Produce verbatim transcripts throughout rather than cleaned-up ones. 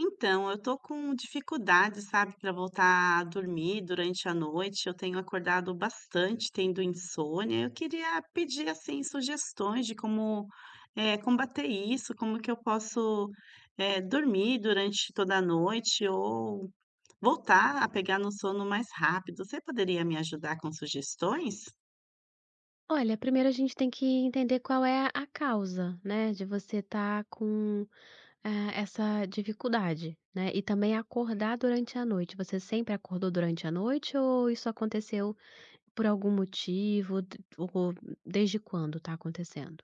Então, eu tô com dificuldade, sabe, para voltar a dormir durante a noite. Eu tenho acordado bastante, tendo insônia. Eu queria pedir assim sugestões de como eh, combater isso, como que eu posso eh, dormir durante toda a noite ou voltar a pegar no sono mais rápido. Você poderia me ajudar com sugestões? Olha, primeiro a gente tem que entender qual é a causa, né, de você estar com, eh, essa dificuldade, né, e também acordar durante a noite. Você sempre acordou durante a noite ou isso aconteceu por algum motivo? D ou desde quando está acontecendo?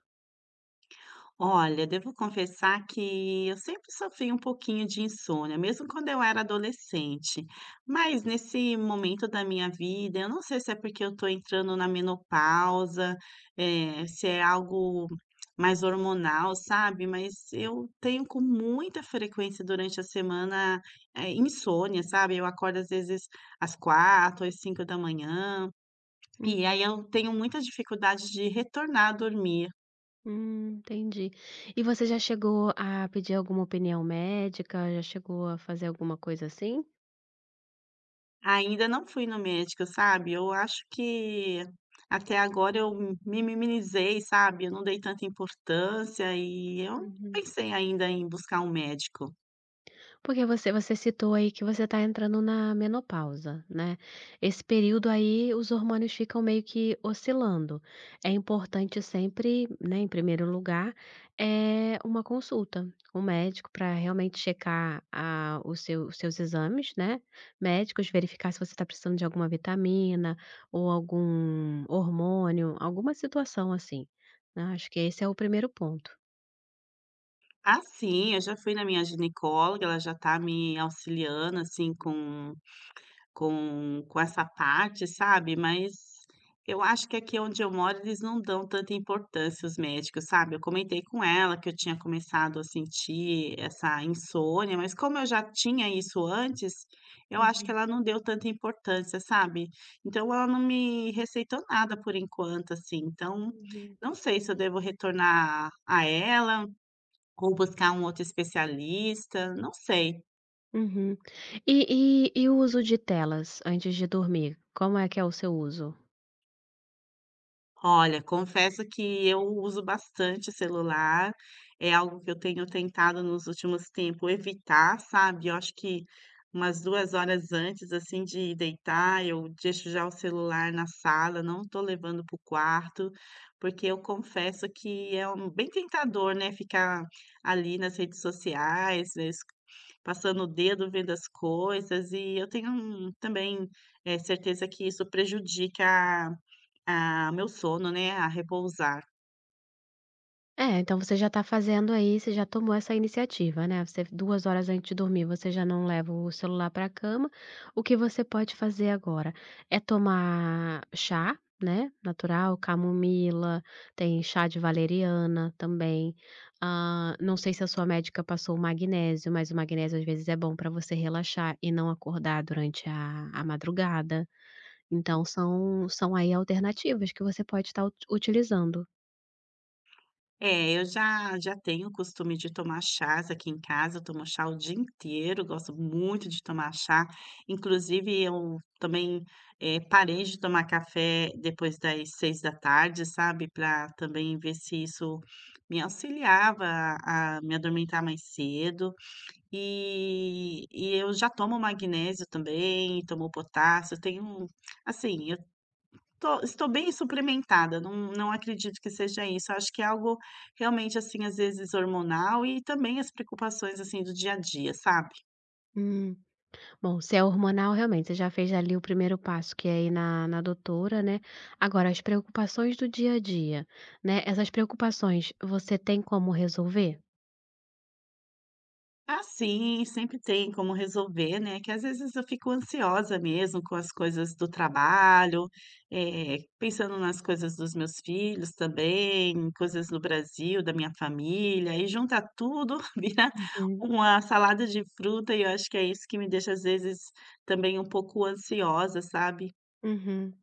Olha, devo confessar que eu sempre sofri um pouquinho de insônia, mesmo quando eu era adolescente. Mas nesse momento da minha vida, eu não sei se é porque eu estou entrando na menopausa, eh, se é algo mais hormonal, sabe? Mas eu tenho com muita frequência durante a semana, eh, insônia, sabe? Eu acordo às vezes às quatro, às cinco da manhã. Hum, E aí eu tenho muita dificuldade de retornar a dormir. hum, entendi. E você já chegou a pedir alguma opinião médica? Já chegou a fazer alguma coisa assim? Ainda não fui no médico, sabe. Eu acho que até agora eu me minimizei, sabe, eu não dei tanta importância e eu não Uhum. pensei ainda em buscar um médico. Porque você você citou aí que você está entrando na menopausa, né. Esse período aí os hormônios ficam meio que oscilando. É importante sempre, né, em primeiro lugar, é uma consulta com o médico para realmente checar a o seu os seus exames, né, médicos, verificar se você está precisando de alguma vitamina ou algum hormônio, alguma situação assim, né. Acho que esse é o primeiro ponto. Ah, sim, eu já fui na minha ginecóloga, ela já tá me auxiliando, assim, com Com com essa parte, sabe, mas eu acho que aqui onde eu moro eles não dão tanta importância os médicos, sabe. Eu comentei com ela que eu tinha começado a sentir essa insônia, mas como eu já tinha isso antes, eu acho que Uhum, ela não deu tanta importância, sabe. Então ela não me receitou nada por enquanto, assim, então uhum. não sei se eu devo retornar a ela ou buscar um outro especialista, não sei. Uhum. E e e o uso de telas antes de dormir, como é que é o seu uso? Olha, confesso que eu uso bastante celular, é algo que eu tenho tentado nos últimos tempos evitar, sabe. Eu acho que umas duas horas antes, assim, de deitar, eu deixo já o celular na sala, não estou levando para o quarto, porque eu confesso que é um bem tentador, né, ficar ali nas redes sociais, né, es passando o dedo, vendo as coisas, e eu tenho um também, eh, certeza que isso prejudica, ah, meu sono, né, a repousar. É, então você já está fazendo aí você já tomou essa iniciativa, né, você duas horas antes de dormir você já não leva o celular pra cama, o que você pode fazer agora é tomar chá, né, natural, camomila, tem chá de valeriana também, hã, não sei se a sua médica passou o magnésio, mas o magnésio às vezes é bom para você relaxar e não acordar durante a a madrugada. Então são são aí alternativas que você pode estar uti utilizando. É, eu já já tenho o costume de tomar chás aqui em casa, eu tomo chá o dia inteiro, gosto muito de tomar chá. Inclusive eu também eh, parei de tomar café depois das seis da tarde, sabe, para também ver se isso me auxiliava a a me adormentar mais cedo. E e eu já tomo magnésio também, tomo potássio, tenho, assim, eu Tô estou bem suplementada, não não acredito que seja isso, acho que é algo realmente, assim, às vezes hormonal e também as preocupações, assim, do dia a dia, sabe. Hum, bom, se é hormonal, realmente, você já fez ali o primeiro passo, que é ir na na doutora, né. Agora as preocupações do dia a dia, né, essas preocupações você tem como resolver? Ah, sim, sempre tem como resolver, né, que às vezes eu fico ansiosa mesmo com as coisas do trabalho, eh, pensando nas coisas dos meus filhos também, coisas no Brasil, da minha família, e junta tudo, vira Uhum. uma salada de fruta e eu acho que é isso que me deixa, às vezes, também um pouco ansiosa, sabe. Uhum.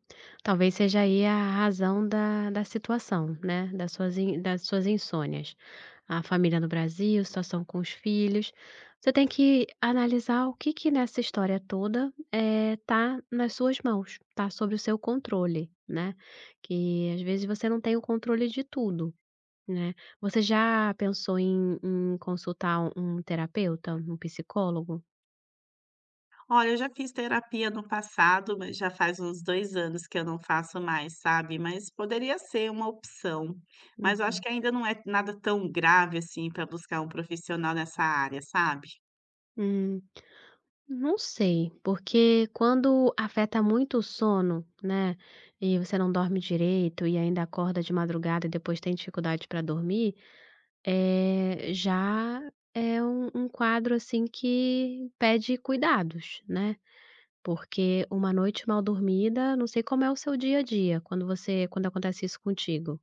Talvez seja aí a razão da da situação, né, das suas in das suas insônias. A família no Brasil, situação com os filhos. Você tem que analisar o que que nessa história toda, eh, tá nas suas mãos, tá sob o seu controle, né, que às vezes você não tem o controle de tudo, né. Você já pensou em em consultar um um terapeuta, um psicólogo? Olha, eu já fiz terapia no passado, mas já faz uns dois anos que eu não faço mais, sabe, mas poderia ser uma opção. Mas eu acho Uhum. que ainda não é nada tão grave, assim, para buscar um profissional nessa área, sabe. Hum. Não sei, porque quando afeta muito o sono, né, e você não dorme direito e ainda acorda de madrugada e depois tem dificuldade para dormir, é já é um um quadro, assim, que pede cuidados, né. Porque uma noite mal dormida não sei como é o seu dia a dia, quando você quando acontece isso contigo.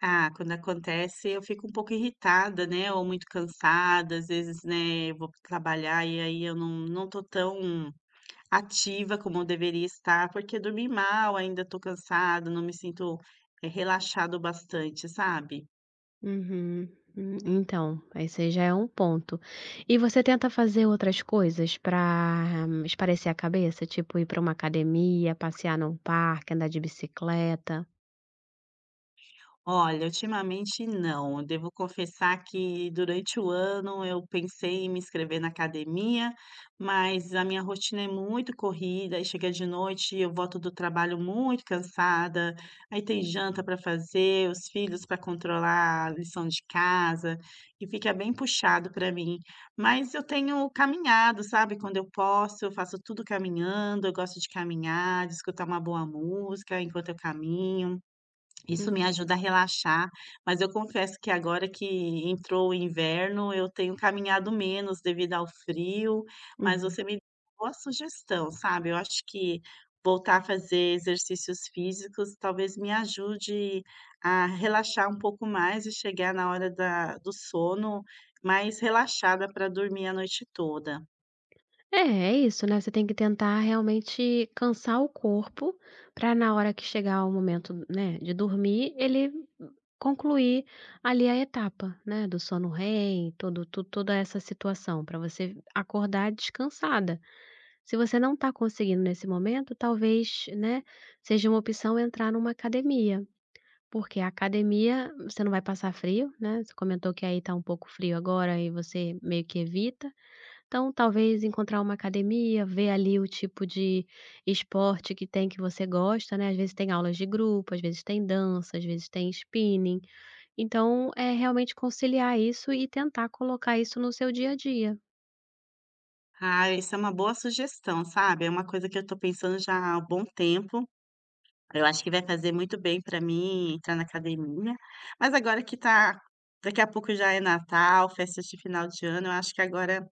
Ah, quando acontece, eu fico um pouco irritada, né, ou muito cansada, às vezes, né, eu vou trabalhar e aí eu não não tô tão ativa como eu deveria estar, porque dormi mal, ainda tô cansada, não me sinto eh, relaxada bastante, sabe. Uhum. Hum, então, esse já é um ponto. E você tenta fazer outras coisas para espairecer a cabeça? Tipo ir para uma academia, passear num parque, andar de bicicleta? Olha, ultimamente não. Eu Devo confessar que durante o ano eu pensei em me inscrever na academia, mas a minha rotina é muito corrida, aí chega de noite, eu volto do trabalho muito cansada, aí tem janta para fazer, os filhos para controlar, a lição de casa, e fica bem puxado para mim. Mas eu tenho caminhado, sabe? Quando eu posso, eu faço tudo caminhando, eu gosto de caminhar, de escutar uma boa música enquanto eu caminho. Isso me Uhum, ajuda a relaxar, mas eu confesso que agora que entrou o inverno, eu tenho caminhado menos devido ao frio, mas uhum. você me deu uma boa sugestão, sabe. Eu acho que voltar a fazer exercícios físicos talvez me ajude a relaxar um pouco mais e chegar na hora da do sono mais relaxada para dormir a noite toda. É, é isso, né, você tem que tentar realmente cansar o corpo para, na hora que chegar o momento, né, de dormir, ele concluir ali a etapa, né, do sono REM, todo to toda essa situação, para você acordar descansada. Se você não está conseguindo nesse momento, talvez, né, seja uma opção entrar numa academia, porque a academia você não vai passar frio, né, você comentou que aí está um pouco frio agora e você meio que evita, então talvez encontrar uma academia, ver ali o tipo de esporte que tem que você gosta, né, às vezes tem aulas de grupo, às vezes tem dança, às vezes tem spinning, então é realmente conciliar isso e tentar colocar isso no seu dia a dia. Ah, isso é uma boa sugestão, sabe. É uma coisa que eu estou pensando já há um bom tempo. Eu acho que vai fazer muito bem para mim entrar na academia, mas agora que tá, daqui a pouco já é Natal, festas de final de ano, eu acho que agora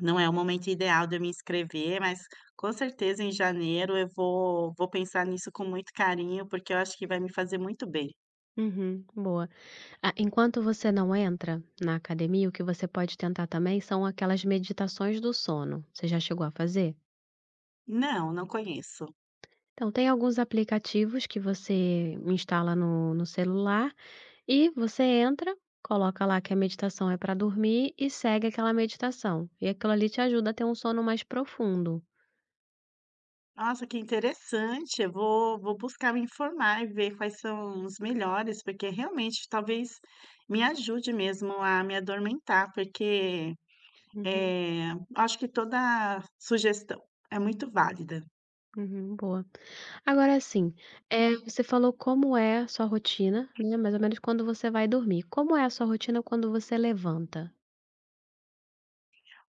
não é o momento ideal de eu me inscrever, mas com certeza em janeiro eu vou vou pensar nisso com muito carinho, porque eu acho que vai me fazer muito bem. Uhum, boa. Ah, enquanto você não entra na academia, o que você pode tentar também são aquelas meditações do sono. Você já chegou a fazer? Não, não conheço. Então, tem alguns aplicativos que você instala no, no celular e você entra, coloca lá que a meditação é para dormir e segue aquela meditação. E aquilo ali te ajuda a ter um sono mais profundo. Nossa, que interessante, eu vou vou buscar me informar e ver quais são os melhores, porque realmente talvez me ajude mesmo a me adormentar, porque Uhum, é, acho que toda sugestão é muito válida. uhum, boa. Agora assim, eh, você falou como é a sua rotina, né? Mais ou menos quando você vai dormir. Como é a sua rotina quando você levanta?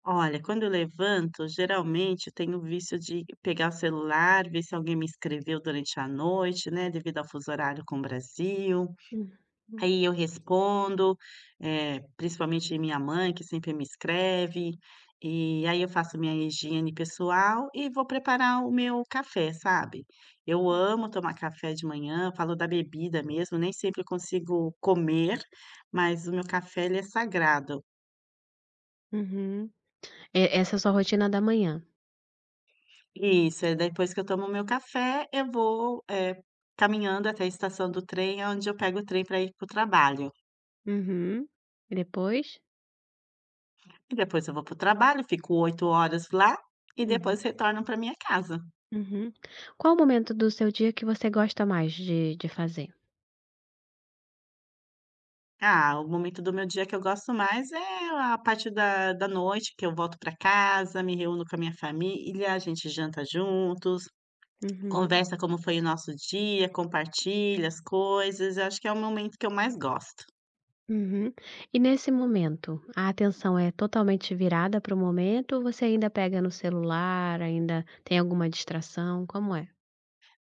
Olha, quando eu levanto, geralmente eu tenho o vício de pegar o celular, ver se alguém me escreveu durante a noite, né, devido ao fuso horário com o Brasil. Uhum. Aí eu respondo eh, principalmente minha mãe, que sempre me escreve, e aí eu faço minha higiene pessoal e vou preparar o meu café, sabe. Eu amo tomar café de manhã, falo da bebida mesmo, nem sempre consigo comer, mas o meu café ele é sagrado. Uhum. E essa é a sua rotina da manhã? Isso, é depois que eu tomo o meu café, eu vou, eh, caminhando até a estação do trem, aonde eu pego o trem para ir para o trabalho. Uhum. E depois? E depois eu vou para o trabalho, fico oito horas lá e Uhum, depois retorno para minha casa. uhum. Qual o momento do seu dia que você gosta mais de de fazer? Ah, o momento do meu dia que eu gosto mais é a parte da da noite, que eu volto para casa, me reúno com a minha família, a gente janta juntos, Uhum, conversa como foi o nosso dia, compartilha as coisas. Eu acho que é o momento que eu mais gosto. uhum. E nesse momento, a atenção é totalmente virada para o momento ou você ainda pega no celular, ainda tem alguma distração, como é?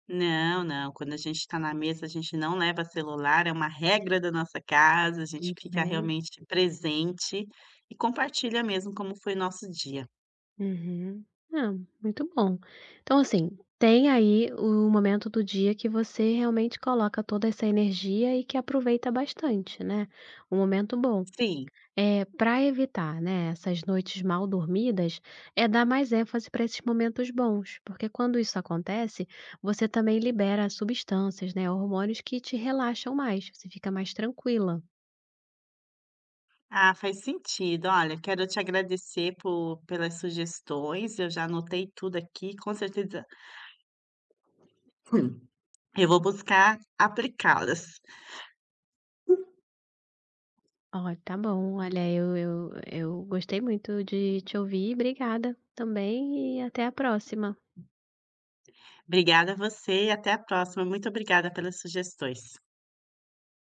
Não, não, quando a gente está na mesa, a gente não leva celular, é uma regra da nossa casa, a gente Muito fica bem. realmente presente e compartilha mesmo como foi o nosso dia. Uhum. Ah, muito bom. Então, assim, tem aí o momento do dia que você realmente coloca toda essa energia e que aproveita bastante, né? Um momento bom. Sim. É, para evitar, né, essas noites mal dormidas, é dar mais ênfase para esses momentos bons, porque quando isso acontece, você também libera substâncias, né, hormônios que te relaxam mais, você fica mais tranquila. Ah, faz sentido. Olha, quero te agradecer por pelas sugestões. Eu já anotei tudo aqui, com certeza, hum, eu vou buscar aplicá-las. Ó, tá bom. Olha, eu eu eu gostei muito de te ouvir. Obrigada também e até a próxima. Obrigada a você e até a próxima. Muito obrigada pelas sugestões.